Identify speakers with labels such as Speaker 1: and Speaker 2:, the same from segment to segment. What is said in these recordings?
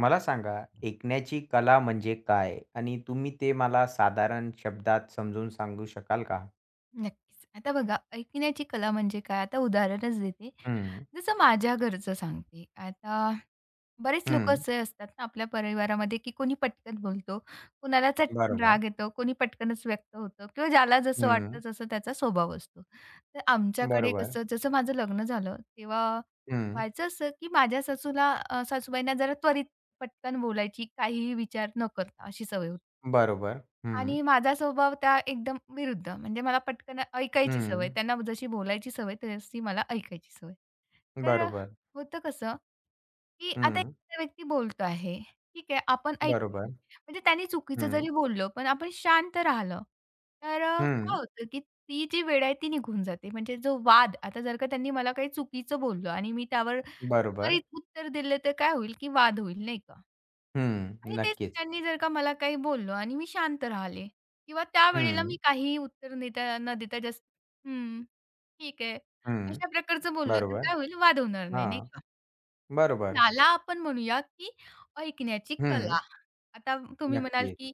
Speaker 1: मला सांगा, ऐकण्याची कला म्हणजे काय? आणि तुम्ही ते मला साधारण शब्दात समजून सांगू शकाल का?
Speaker 2: नक्कीच. आता बघा, ऐकण्याची कला म्हणजे काय? आता उदाहरणच देते.
Speaker 1: हं,
Speaker 2: जसं माझ्या घरचं सांगते. आता बरेच लोकं
Speaker 1: हं.
Speaker 2: असे असतात ना आपल्या परिवारामध्ये, की कोणी पटकन बोलतो, कोणाला चटकन
Speaker 1: बरोबर.
Speaker 2: राग येतो, कोणी पटकनच व्यक्त होतं किंवा ज्याला जसं वाटतं
Speaker 1: हं.
Speaker 2: तसं त्याचा स्वभाव असतो. तर आमच्याकडे
Speaker 1: बरोबर.
Speaker 2: कसं जसं माझं लग्न झालं, तेव्हा
Speaker 1: हं.
Speaker 2: व्हायचं असं, की माझ्या सासूला सासूबाईंना जरा त्वरित पटकन बोलायची, काहीही विचार न करता अशी सवय होती.
Speaker 1: बरोबर. हं.
Speaker 2: आणि माझा स्वभाव त्या एकदम विरुद्ध. म्हणजे मला पटकन ऐकायची सवय.
Speaker 1: हं.
Speaker 2: त्यांना जशी बोलायची सवय, तशी मला ऐकायची सवय. तर
Speaker 1: बरोबर.
Speaker 2: होतं कसं की आता
Speaker 1: हं.
Speaker 2: एखादा व्यक्ती बोलतो आहे. ठीक आहे, आपण
Speaker 1: बरोबर.
Speaker 2: ऐकतोय. म्हणजे त्याने चुकीचं
Speaker 1: हं.
Speaker 2: जरी बोललं, पण आपण शांत राहिलं, तर
Speaker 1: हं.
Speaker 2: काय होतं, की ती जी वेळ आहे ती निघून जाते. म्हणजे जो वाद आता जर का त्यांनी मला काही चुकीचं बोललं आणि मी त्यावर
Speaker 1: बरोबर.
Speaker 2: त्वरित उत्तर दिलं, तर काय होईल, की वाद होईल, नाही का?
Speaker 1: हं.
Speaker 2: आणि तेच
Speaker 1: नक्कीच.
Speaker 2: त्यांनी जर का मला काही बोललं आणि मी शांत राहिले किंवा त्यावेळेला
Speaker 1: हं.
Speaker 2: मी काहीही उत्तर देता न देता जस्ट "हं, ठीक आहे."
Speaker 1: हं.
Speaker 2: अशा प्रकारचं बोललं, तर
Speaker 1: बरोबर.
Speaker 2: काय होईल, वाद होणार नाही,
Speaker 1: हां.
Speaker 2: नाही का?
Speaker 1: बरोबर.
Speaker 2: याला आपण म्हणूया, की ऐकण्याची
Speaker 1: हं.
Speaker 2: कला. आता तुम्ही म्हणाल,
Speaker 1: नक्कीच.
Speaker 2: की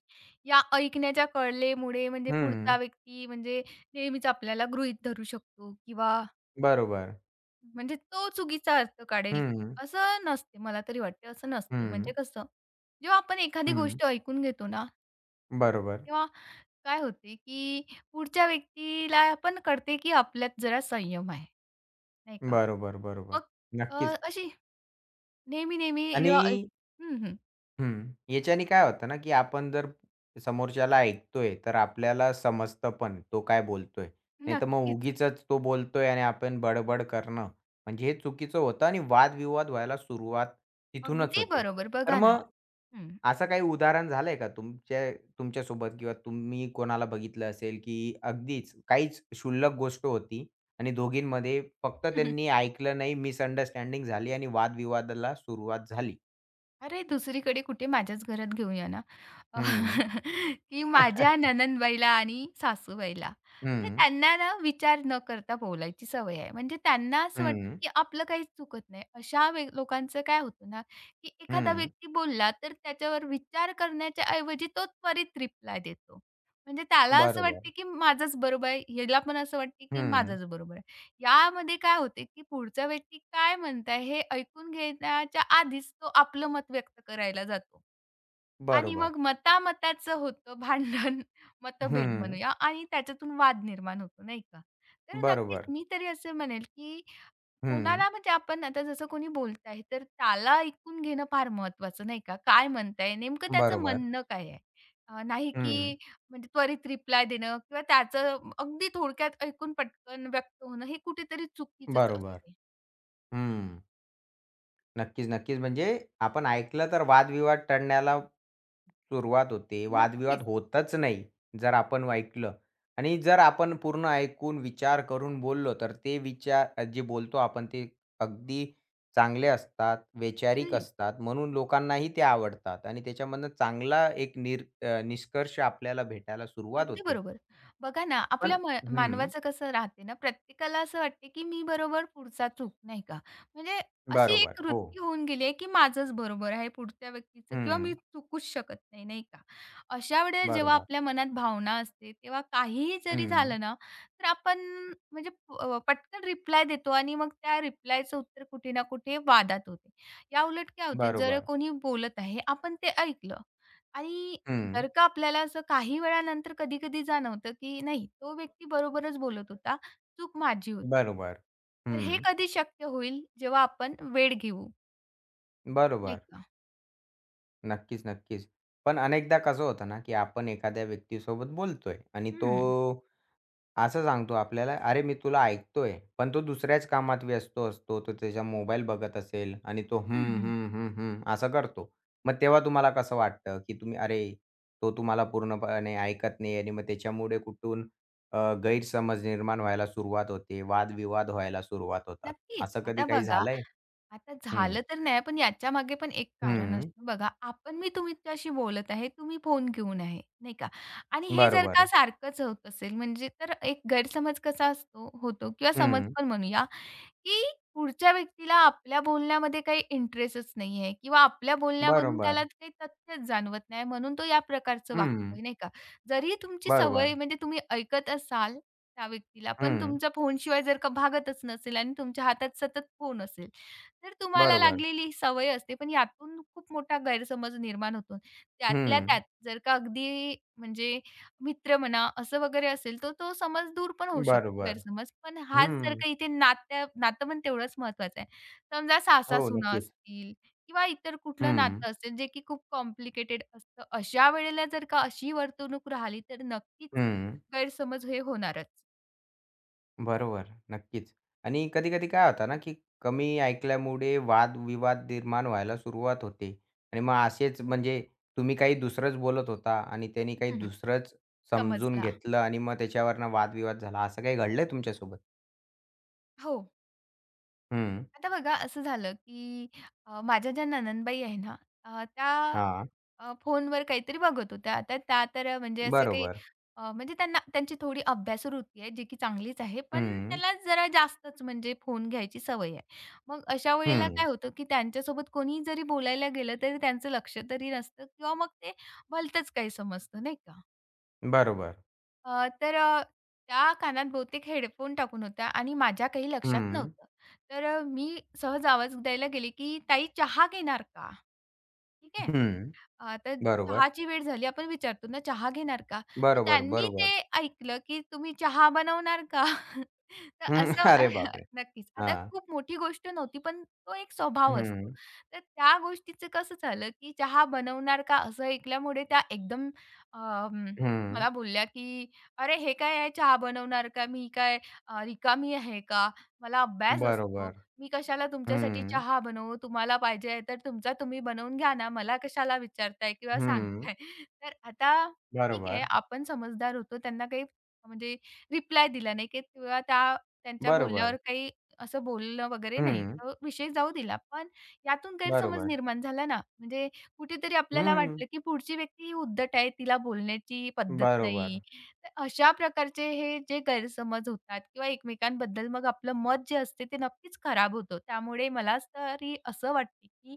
Speaker 2: या ऐकण्याच्या कलेमुळे म्हणजे पुढचा
Speaker 1: हं.
Speaker 2: व्यक्ती म्हणजे नेहमीच आपल्याला गृहीत धरू शकतो किंवा
Speaker 1: बरोबर.
Speaker 2: म्हणजे तो चुकीचा अर्थ काढेल,
Speaker 1: हं.
Speaker 2: असं नसते. मला तरी वाटते असं नसते.
Speaker 1: हं.
Speaker 2: म्हणजे कसं, जेव्हा आपण एखादी
Speaker 1: हं.
Speaker 2: गोष्ट ऐकून घेतो ना,
Speaker 1: बरोबर.
Speaker 2: तेव्हा काय होते, की पुढच्या व्यक्तीला पण कळते, की आपल्यात जरा संयम आहे, नाही का?
Speaker 1: बरोबर, बरोबर.
Speaker 2: मग अ,
Speaker 1: नक्कीच.
Speaker 2: अशी नेहमी-नेहमी
Speaker 1: आणि
Speaker 2: जेव्हा ऐक हं, हं.
Speaker 1: हं. याच्याने काय होतं ना, की आपण जर समोरच्याला ऐकतोय, तर आपल्याला समजतं पण तो काय बोलतोय. नाहीतर मग
Speaker 2: नक्कीच.
Speaker 1: उगीच तो बोलतोय आणि आपण बडबड करणं, म्हणजे हे चुकीचं होतं आणि वादविवाद व्हायला सुरुवात तिथूनच
Speaker 2: अगदी
Speaker 1: होते.
Speaker 2: बरोबर.
Speaker 1: तर
Speaker 2: बघा ना.
Speaker 1: मग
Speaker 2: हं.
Speaker 1: असं काही उदाहरण झालंय का तुमच्यासोबत किंवा तुम्ही कोणाला बघितलं असेल, की अगदीच काहीच क्षुल्लक गोष्ट होती आणि दोघींमध्ये फक्त त्यांनी ऐकलं नाही, मिसअंडरस्टँडिंग झाली आणि वादविवादाला सुरुवात झाली?
Speaker 2: अरे, दुसरीकडे कुठे माझ्याच घरात घेऊन या ना, अ,
Speaker 1: हं.
Speaker 2: की माझ्या नणंदबाईला आणि सासूबाईला म्हणजे
Speaker 1: हं,
Speaker 2: त्यांना ना विचार न करता बोलायची सवय आहे. म्हणजे त्यांना असं वाटतं,
Speaker 1: हं,
Speaker 2: की आपलं काहीच चुकत नाही. अशा लोकांचं काय होतं ना, की एखादा
Speaker 1: हं.
Speaker 2: व्यक्ती बोलला तर त्याच्यावर विचार करण्याच्या ऐवजी तो त्वरित रिप्लाय देतो. म्हणजे त्याला असं
Speaker 1: बरोबर.
Speaker 2: वाटते, की माझंच बरोबर आहे. हिला पण असं वाटते, की
Speaker 1: हं,
Speaker 2: माझंच बरोबर आहे. यामध्ये काय होते, की पुढचा व्यक्ती काय म्हणताय हे ऐकून घेण्याच्या आधीच तो आपलं मत व्यक्त करायला जातो आणि
Speaker 1: बरोबर.
Speaker 2: मग मतामताचं होतं भांडण, मतभेद
Speaker 1: हं,
Speaker 2: म्हणूया आणि त्याच्यातून वाद निर्माण होतो, नाही का? तर नक्कीच
Speaker 1: बरोबर.
Speaker 2: मी तरी असं म्हणेल, की
Speaker 1: हं,
Speaker 2: कुणाला म्हणजे आपण आता जसं कोणी बोलत आहे, तर त्याला ऐकून घेणं फार महत्वाचं नाही का? काय म्हणताय? नेमकं त्याचं
Speaker 1: बरोबर.
Speaker 2: म्हणणं काय आहे? नाही
Speaker 1: हं,
Speaker 2: की म्हणजे त्वरित रिप्लाय देणं किंवा त्याचं अगदी थोडक्यात ऐकून पटकन व्यक्त होणं हे कुठेतरी चुकीचंच
Speaker 1: बरोबर.
Speaker 2: असते.
Speaker 1: हं. नक्कीच, नक्कीच. म्हणजे आपण ऐकलं तर वादविवाद टळण्याला सुरुवात होते. वादविवाद
Speaker 2: नक्कीच.
Speaker 1: होतच नाही, जर आपण ऐकलं आणि जर आपण पूर्ण ऐकून विचार करून बोललो, तर ते विचार जे बोलतो आपण ते अगदी चांगले असतात, वैचारिक
Speaker 2: अगदी.
Speaker 1: असतात. म्हणून लोकांनाही ते आवडतात आणि त्याच्यामधनं चांगला एक निष्कर्ष आपल्याला भेटायला सुरुवात
Speaker 2: अगदी
Speaker 1: होते.
Speaker 2: बरोबर. बघा ना, आपल्या
Speaker 1: पण हं,
Speaker 2: मानवाचं कसं राहते ना, प्रत्येकाला असं वाटते, की मी बरोबर पुढचा चूक, नाही का? म्हणजे अशी
Speaker 1: बरोबर.
Speaker 2: एक
Speaker 1: हो.
Speaker 2: वृत्ती होऊन गेली आहे, की माझंच बरोबर आहे पुढच्या व्यक्तीचं किंवा मी
Speaker 1: हं,
Speaker 2: चुकूच शकत नाही, नाही का? अशा वेळेस जेव्हा
Speaker 1: बरोबर.
Speaker 2: आपल्या मनात भावना असते, तेव्हा काहीही जरी
Speaker 1: हं,
Speaker 2: झालं ना, तर आपण म्हणजे पटकन रिप्लाय देतो आणि मग त्या रिप्लायचं उत्तर कुठे ना कुठे वादात होते. याउलट काय होते, जर
Speaker 1: बरोबर.
Speaker 2: कोणी बोलत आहे, आपण ते ऐकलं आणि
Speaker 1: हं,
Speaker 2: जर का आपल्याला असं काही वेळानंतर कधी-कधी जाणवतं, की नाही तो व्यक्ती बरोबरच बोलत होता, चूक माझी होती.
Speaker 1: बरोबर.
Speaker 2: तर हे
Speaker 1: हं.
Speaker 2: कधी शक्य होईल जेव्हा आपण वेळ घेऊ, नाही
Speaker 1: बरोबर.
Speaker 2: का?
Speaker 1: नक्कीच, नक्कीच. पण अनेकदा कसं होतं ना, की आपण एखाद्या व्यक्तीसोबत बोलतोय आणि तो
Speaker 2: हं,
Speaker 1: असं सांगतो आपल्याला, "अरे, मी तुला ऐकतोय." पण तो दुसऱ्याच कामात व्यस्त असतो. तो त्याचा मोबाईल बघत असेल आणि तो हं,
Speaker 2: हं, हं.
Speaker 1: हं, हं, हं, असं करतो. मग तेव्हा तुम्हाला कसं वाटतं, की तुम्ही "अरे, तो तुम्हाला पूर्णपणे ऐकत नाही" आणि मग त्याच्यामुळे कुठून गैरसमज निर्माण व्हायला सुरुवात होते, वादविवाद व्हायला सुरुवात होतात.
Speaker 2: नक्कीच.
Speaker 1: असं कधी
Speaker 2: आता
Speaker 1: काही
Speaker 2: बघा,
Speaker 1: झालंय?
Speaker 2: आता
Speaker 1: हं,
Speaker 2: झालं तर नाही पण याच्यामागे पण एक कारण
Speaker 1: हं.
Speaker 2: असतं बघा. आपण मी तुमच्याशी बोलत आहे, तुम्ही फोन घेऊन आहे, नाही का? आणि हे जर
Speaker 1: बरोबर.
Speaker 2: का सारखंच होत असेल म्हणजे तर एक गैरसमज कसा असतो होतो किंवा समज
Speaker 1: हं,
Speaker 2: पण म्हणूया की पुढच्या व्यक्तीला आपल्या बोलण्यामध्ये काही इंटरेस्टच नाहीये किंवा आपल्या बोलण्यामधून
Speaker 1: बरोबर.
Speaker 2: त्याला काही तथ्यच जाणवत नाही, म्हणून तो या प्रकारचं
Speaker 1: हं,
Speaker 2: वागतोय, नाही का? जरी तुमची
Speaker 1: बरोबर.
Speaker 2: सवय म्हणजे तुम्ही ऐकत असाल त्या व्यक्तीला, पण
Speaker 1: हं,
Speaker 2: तुमचा फोनशिवाय जर का भागतच नसेल आणि तुमच्या हातात सतत फोन असेल, तर तुम्हाला
Speaker 1: बरोबर.
Speaker 2: लागलेली ही सवय असते. पण यातून खूप मोठा गैरसमज निर्माण होतो. त्यातल्या
Speaker 1: हं,
Speaker 2: त्यात जर का अगदी म्हणजे मित्र म्हणा, असं वगैरे असेल, तर तो समज दूर पण होऊ शकतो
Speaker 1: बरोबर.
Speaker 2: गैरसमज. पण हाच जर
Speaker 1: हं.
Speaker 2: का इथे नातं पण तेवढंच महत्वाचं आहे. समजा
Speaker 1: हो,
Speaker 2: सासा-सुना
Speaker 1: नक्कीच.
Speaker 2: असतील किंवा इतर कुठलं
Speaker 1: हं,
Speaker 2: नातं असेल, जे की खूप कॉम्प्लिकेटेड असतं. अशा वेळेला जर का अशी वर्तणूक राहिली, तर नक्कीच
Speaker 1: हं.
Speaker 2: गैरसमज हे होणारच.
Speaker 1: बरोबर, नक्कीच. आणि कधी-कधी काय होतं ना, की कमी ऐकल्यामुळे वाद-विवाद निर्माण व्हायला सुरुवात होते आणि मग असेच म्हणजे तुम्ही काही दुसरंच बोलत होता आणि त्याने काही
Speaker 2: हं, हं.
Speaker 1: दुसरंच समजून
Speaker 2: समजला.
Speaker 1: घेतलं आणि मग त्याच्यावरनं वाद-विवाद झाला. असं काही घडलंय तुमच्यासोबत?
Speaker 2: हो.
Speaker 1: हं.
Speaker 2: आता बघा असं झालं, की माझ्या ज्या नणंदबाई आहे ना, त्या
Speaker 1: हां,
Speaker 2: फोनवर काहीतरी बघत होत्या. आता त्या तर म्हणजे असे काही
Speaker 1: बरोबर.
Speaker 2: म्हणजे त्यांना त्यांची थोडी अभ्यासवृत्ती आहे, जी की चांगलीच आहे. पण
Speaker 1: हं,
Speaker 2: त्याला जरा जास्तच म्हणजे फोन घ्यायची सवय आहे. मग अशा वेळेला
Speaker 1: हं.
Speaker 2: काय होतं, की त्यांच्यासोबत कोणीही जरी बोलायला गेलं, तरी त्यांचं लक्ष तरी नसतं किंवा मग ते भलतंच काही समजतं, नाही का?
Speaker 1: बरोबर.
Speaker 2: अ, तर अ, त्या कानात बहुतेक हेडफोन टाकून होत्या आणि माझ्या काही लक्षात
Speaker 1: हं,
Speaker 2: नव्हतं. तर मी सहज आवाज द्यायला गेले, की "ताई चहा घेणार का?" ठीक आहे.
Speaker 1: हं.
Speaker 2: तर
Speaker 1: बरोबर.
Speaker 2: चहाची वेळ झाली आपण विचारतो ना, "चहा घेणार का?" तर
Speaker 1: बरोबर,
Speaker 2: त्यांनी
Speaker 1: बरोबर.
Speaker 2: ते ऐकलं, की "तुम्ही चहा बनवणार का?" तर
Speaker 1: हं.
Speaker 2: असं
Speaker 1: अरे बापरे!
Speaker 2: नक्कीच. आता
Speaker 1: हां.
Speaker 2: खूप मोठी गोष्ट नव्हती, पण तो एक स्वभाव असतो.
Speaker 1: हं,
Speaker 2: तर त्या गोष्टीचं कसं झालं, की चहा बनवणार का असं ऐकल्यामुळे त्या एकदम अं,
Speaker 1: हं.
Speaker 2: मला बोलल्या, की "अरे, हे काय आहे चहा बनवणार का? मी काय रिकामी आहे का? मला अभ्यास असतो."
Speaker 1: बरोबर.
Speaker 2: मी कशाला तुमच्यासाठी
Speaker 1: हं,
Speaker 2: चहा बनवू? तुम्हाला पाहिजे आहे तर तुमचा तुम्ही बनवून घ्या ना. मला कशाला विचारताय किंवा
Speaker 1: हं.
Speaker 2: सांगताय? तर आता ठीक आहे,
Speaker 1: बरोबर,
Speaker 2: आपण समजदार होतो. त्यांना काही म्हणजे रिप्लाय दिला नाही की किंवा त्यांच्या
Speaker 1: बरोबर.
Speaker 2: बोलण्यावर काही असं बोललं वगैरे नाही.
Speaker 1: हं,
Speaker 2: तर विषय जाऊ दिला. पण यातून गैरसमज
Speaker 1: बरोबर.
Speaker 2: निर्माण झाला ना. म्हणजे कुठेतरी आपल्याला
Speaker 1: हं,
Speaker 2: वाटलं, की पुढची व्यक्ती ही उद्धट आहे. तिला बोलण्याची पद्धत नाही.
Speaker 1: बरोबर.
Speaker 2: तर अशा प्रकारचे हे जे गैरसमज होतात किंवा एकमेकांबद्दल मग आपलं मत जे असते ते नक्कीच खराब होतं. त्यामुळे मला तरी असं वाटते, की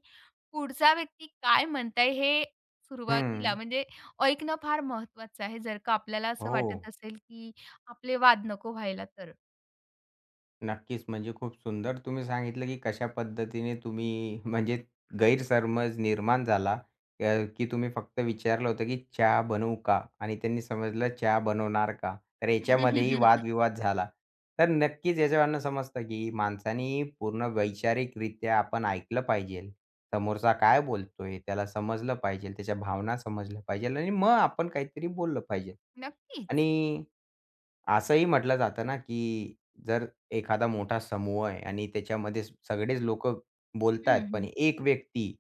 Speaker 2: पुढचा व्यक्ती काय म्हणताय हे सुरुवातीला
Speaker 1: हं.
Speaker 2: म्हणजे ऐकणं फार महत्त्वाचं आहे, जर का आपल्याला असं वाटत
Speaker 1: हो.
Speaker 2: असेल, की आपले वाद नको व्हायला तर.
Speaker 1: नक्कीच. म्हणजे खूप सुंदर तुम्ही सांगितलं, की कशा पद्धतीने तुम्ही म्हणजे गैरसमज निर्माण झाला, अ, की तुम्ही फक्त विचारलं होतं, की "चहा बनवू का?" आणि त्यांनी समजलं "चहा बनवणार का?" तर याच्यामध्येही वादविवाद झाला. तर नक्कीच याच्यावरनं समजतं, की माणसाने पूर्ण वैचारिकरित्या आपण ऐकलं पाहिजे. समोरचा काय बोलतोय, त्याला समजलं पाहिजे, त्याच्या भावना समजल्या पाहिजे आणि मग आपण काहीतरी बोललं पाहिजे. आणि
Speaker 2: नक्कीच.
Speaker 1: असंही म्हटलं जातं ना, की जर एखादा मोठा समूह आहे आणि त्याच्यामध्ये सगळेच लोकं बोलतायत, पण
Speaker 2: हं,
Speaker 1: एक व्यक्ती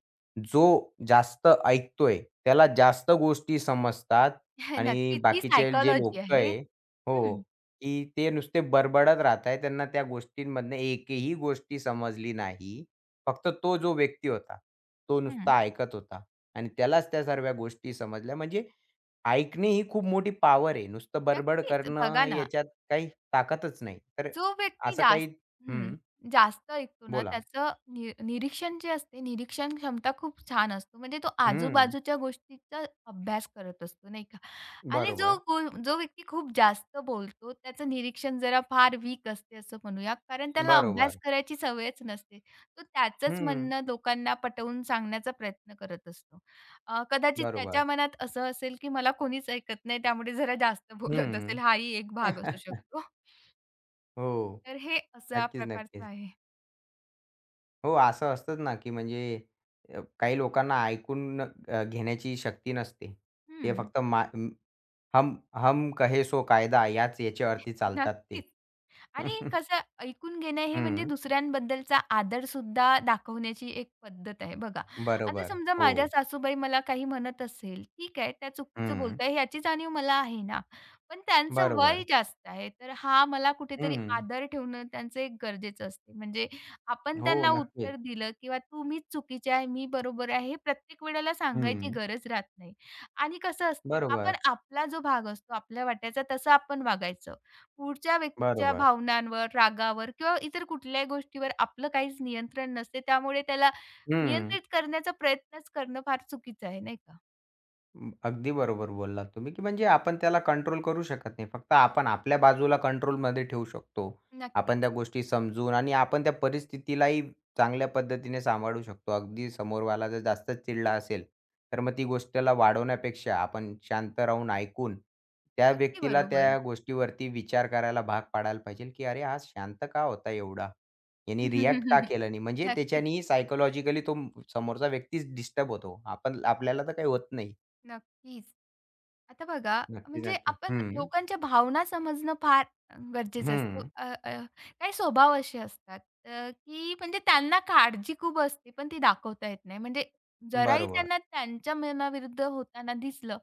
Speaker 1: जो जास्त ऐकतोय, त्याला जास्त गोष्टी समजतात आणि
Speaker 2: नक्कीच. ही
Speaker 1: बाकीचे जे
Speaker 2: सायकॉलॉजी
Speaker 1: लोकं
Speaker 2: आहे.
Speaker 1: आहे हो,
Speaker 2: हं,
Speaker 1: की ते नुसते बडबडत राहताय. त्यांना त्या गोष्टींमधनं एकही गोष्टी समजली नाही. फक्त तो जो व्यक्ती होता, तो
Speaker 2: हं.
Speaker 1: नुसता ऐकत होता आणि त्यालाच त्या सर्व गोष्टी समजल्या. म्हणजे ऐकणे ही खूप मोठी पॉवर आहे. नुसतं बडबड
Speaker 2: नक्कीच.
Speaker 1: करणं
Speaker 2: बघा ना,
Speaker 1: याच्यात काही ताकदच नाही. तर
Speaker 2: जो व्यक्ती
Speaker 1: असं काही
Speaker 2: जास्त हं,
Speaker 1: हं,
Speaker 2: जास्त ऐकतो ना,
Speaker 1: बोला.
Speaker 2: त्याचं निरीक्षण जे असते, निरीक्षण क्षमता खूप छान असतो. म्हणजे तो
Speaker 1: हं,
Speaker 2: आजूबाजूच्या गोष्टीचा अभ्यास करत असतो, नाही का? आणि
Speaker 1: बरोबर,
Speaker 2: जो व्यक्ती खूप जास्त बोलतो, त्याचं निरीक्षण जरा फार वीक असते असं म्हणूया, कारण त्याला अभ्यास
Speaker 1: बरोबर.
Speaker 2: करायची सवयच नसते. तो त्याचंच
Speaker 1: हं,
Speaker 2: म्हणणं लोकांना पटवून सांगण्याचा प्रयत्न करत असतो. कदाचित त्याच्या
Speaker 1: बरोबर.
Speaker 2: मनात असं असेल, की मला कोणीच ऐकत नाही, त्यामुळे जरा जास्त बोलत
Speaker 1: हं.
Speaker 2: असेल, हाही एक भाग असू शकतो.
Speaker 1: हो.
Speaker 2: तर हे अशा
Speaker 1: नक्कीच,
Speaker 2: प्रकारचं
Speaker 1: नक्कीच.
Speaker 2: आहे.
Speaker 1: हो, असं असतंच ना, की म्हणजे काही लोकांना ऐकून घेण्याची शक्ती नसते. ते
Speaker 2: हं.
Speaker 1: फक्त हम हम कहे सो कायदा याच्यावरती चालतात ते.
Speaker 2: नक्कीच. आणि कसं ऐकून घेणं हे म्हणजे
Speaker 1: हं,
Speaker 2: दुसऱ्यांबद्दलचा आदरसुद्धा दाखवण्याची एक पद्धत आहे बघा. आता
Speaker 1: बरोबर.
Speaker 2: समजा
Speaker 1: हो.
Speaker 2: माझ्या सासूबाई मला काही म्हणत असेल, ठीक आहे, त्या चुकीचं
Speaker 1: हं,
Speaker 2: बोलताय ह्याची जाणीव मला आहे ना. पण त्यांचं वय
Speaker 1: बरोबर.
Speaker 2: जास्त आहे, तर हा मला कुठेतरी
Speaker 1: हं.
Speaker 2: आदर ठेवणं त्यांचं एक गरजेचं असते. म्हणजे आपण
Speaker 1: हो,
Speaker 2: त्यांना
Speaker 1: नक्कीच.
Speaker 2: उत्तर दिलं किंवा "तू मीच चुकीची आहे, मी बरोबर आहे" हे प्रत्येक वेळेला सांगायची
Speaker 1: हं.
Speaker 2: गरज राहत नाही. आणि कसं असते आपण
Speaker 1: बरोबर,
Speaker 2: आपला जो भाग असतो, आपल्या वाट्याचा तसं आपण वागायचं. पुढच्या व्यक्तीच्या
Speaker 1: बरोबर.
Speaker 2: भावनांवर, रागावर किंवा इतर कुठल्याही गोष्टीवर आपलं काहीच नियंत्रण नसते. त्यामुळे त्याला
Speaker 1: हं.
Speaker 2: नियंत्रित करण्याचा प्रयत्नच करणं फार चुकीचं आहे, नाही का?
Speaker 1: अं, अगदी बरोबर बोललात तुम्ही, की म्हणजे आपण त्याला कंट्रोल करू शकत नाही. फक्त आपण आपल्या बाजूला कंट्रोलमध्ये ठेवू शकतो. आपण त्या
Speaker 2: नक्कीच.
Speaker 1: गोष्टी समजून आणि आपण त्या परिस्थितीलाही चांगल्या पद्धतीने सांभाळू शकतो. अगदी समोरवाला जर जास्तच चिडला असेल, तर मग ती गोष्टीला वाढवण्यापेक्षा आपण शांत राहून ऐकून, त्या
Speaker 2: अगदी
Speaker 1: व्यक्तीला
Speaker 2: बरोबर.
Speaker 1: त्या गोष्टीवरती विचार करायला भाग पाडायला पाहिजे, की "अरे, हा शांत का होता एवढा? यानी रिएक्ट का केलं नाही?" म्हणजे
Speaker 2: नक्कीच,
Speaker 1: त्याच्यानी सायकॉलॉजिकली समोरचा व्यक्तीच डिस्टर्ब होतो. आपण आपल्याला तर काही होत नाही.
Speaker 2: नक्कीच. आता बघा,
Speaker 1: नक्कीच,
Speaker 2: म्हणजे
Speaker 1: नक्की.
Speaker 2: आपण
Speaker 1: हं,
Speaker 2: लोकांच्या भावना समजणं फार गरजेचं असतं.
Speaker 1: हं.
Speaker 2: अ, अ, काही स्वभाव असे असतात की म्हणजे त्यांना काळजी खूप असते, पण ती दाखवता येत नाही. म्हणजे जराही
Speaker 1: बरोबर.
Speaker 2: त्यांना त्यांच्या मनाविरुद्ध होताना दिसलं,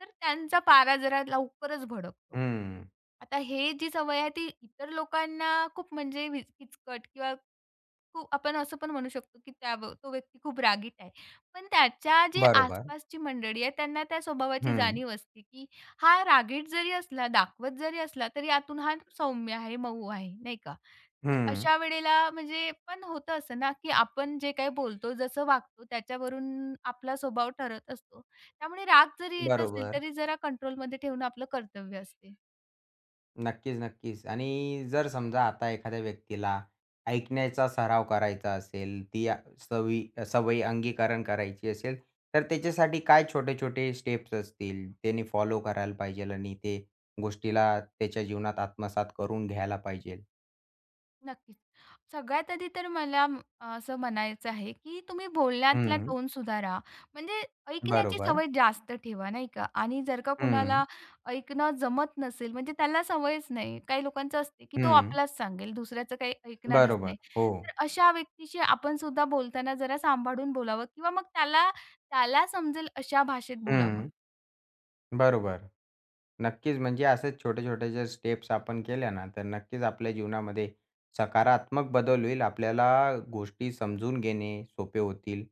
Speaker 2: तर त्यांचा पारा जरा लवकरच भडकतो.
Speaker 1: हं.
Speaker 2: आता हे जी सवय आहे ती इतर लोकांना खूप म्हणजे किचकट किंवा खूप आपण असं पण म्हणू शकतो, की तो व्यक्ती खूप रागीट आहे. पण त्याच्या जे
Speaker 1: बरोबर.
Speaker 2: आसपासची मंडळी आहे त्यांना त्या स्वभावाची
Speaker 1: हं,
Speaker 2: जाणीव असते, की हा रागीट जरी असला, दाखवत जरी असला, तरी आतून हा सौम्य आहे, मऊ आहे, नाही का? तर
Speaker 1: हं.
Speaker 2: अशा वेळेला म्हणजे पण होतं असं ना, की आपण जे काही बोलतो, जसं वागतो त्याच्यावरून आपला स्वभाव ठरत असतो. त्यामुळे राग जरी येत असेल,
Speaker 1: बरोबर.
Speaker 2: तरी जरा कंट्रोलमध्ये ठेवणं आपलं कर्तव्य असते.
Speaker 1: नक्कीच, नक्कीच. आणि जर समजा आता एखाद्या व्यक्तीला ऐकण्याचा सराव करायचा असेल, ती सवयी अंगीकरण करायची असेल, तर त्याच्यासाठी काय छोटे-छोटे स्टेप्स असतील, त्याने फॉलो करायला पाहिजेल आणि ते गोष्टीला त्याच्या जीवनात आत्मसात करून घ्यायला पाहिजेल?
Speaker 2: नक्कीच. सगळ्यात आधी तर मला असं म्हणायचं आहे, की तुम्ही बोलण्यातला
Speaker 1: हं.
Speaker 2: टोन सुधारा. म्हणजे ऐकण्याची
Speaker 1: बरोबर.
Speaker 2: सवय जास्त ठेवा, नाही का? आणि जर का कुणाला
Speaker 1: हं,
Speaker 2: ऐकणं जमत नसेल, म्हणजे त्याला सवयच नाही. काही लोकांचं असते, की तो
Speaker 1: हं.
Speaker 2: आपलाच सांगेल, दुसऱ्याचं काही ऐकणारच
Speaker 1: बरोबर.
Speaker 2: नाही.
Speaker 1: हो.
Speaker 2: तर अशा व्यक्तीशी आपण सुद्धा बोलताना जरा सांभाळून बोलावं किंवा मग त्याला त्याला समजेल अशा भाषेत बोलावं.
Speaker 1: हं. बरोबर. नक्कीच, म्हणजे असेच छोटे-छोटे जर स्टेप्स आपण केल्या ना, तर नक्कीच आपल्या जीवनामध्ये सकारात्मक बदल होईल. आपल्याला गोष्टी समजून घेणे सोपे होतील.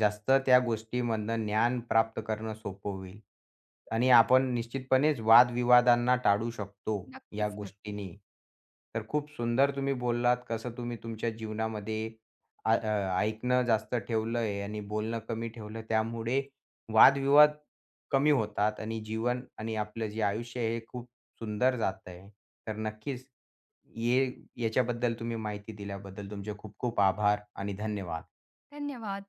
Speaker 1: जास्त त्या गोष्टीमधनं ज्ञान प्राप्त करणं सोपं होईल. आणि आपण निश्चितपणेच वादविवादांना टाळू शकतो या
Speaker 2: नक्कीच, नक्की.
Speaker 1: गोष्टींनी. तर खूप सुंदर तुम्ही बोललात, कसं तुम्ही तुमच्या जीवनामध्ये ऐकणं जास्त ठेवलंय आणि बोलणं कमी ठेवलं. त्यामुळे वादविवाद कमी होतात आणि जीवन आणि आपलं जे आयुष्य आहे, हे खूप सुंदर जात आहे. तर नक्कीच ये याच्याबद्दल तुम्ही माहिती दिल्याबद्दल तुमचे खूप खूप आभार आणि धन्यवाद.
Speaker 2: धन्यवाद.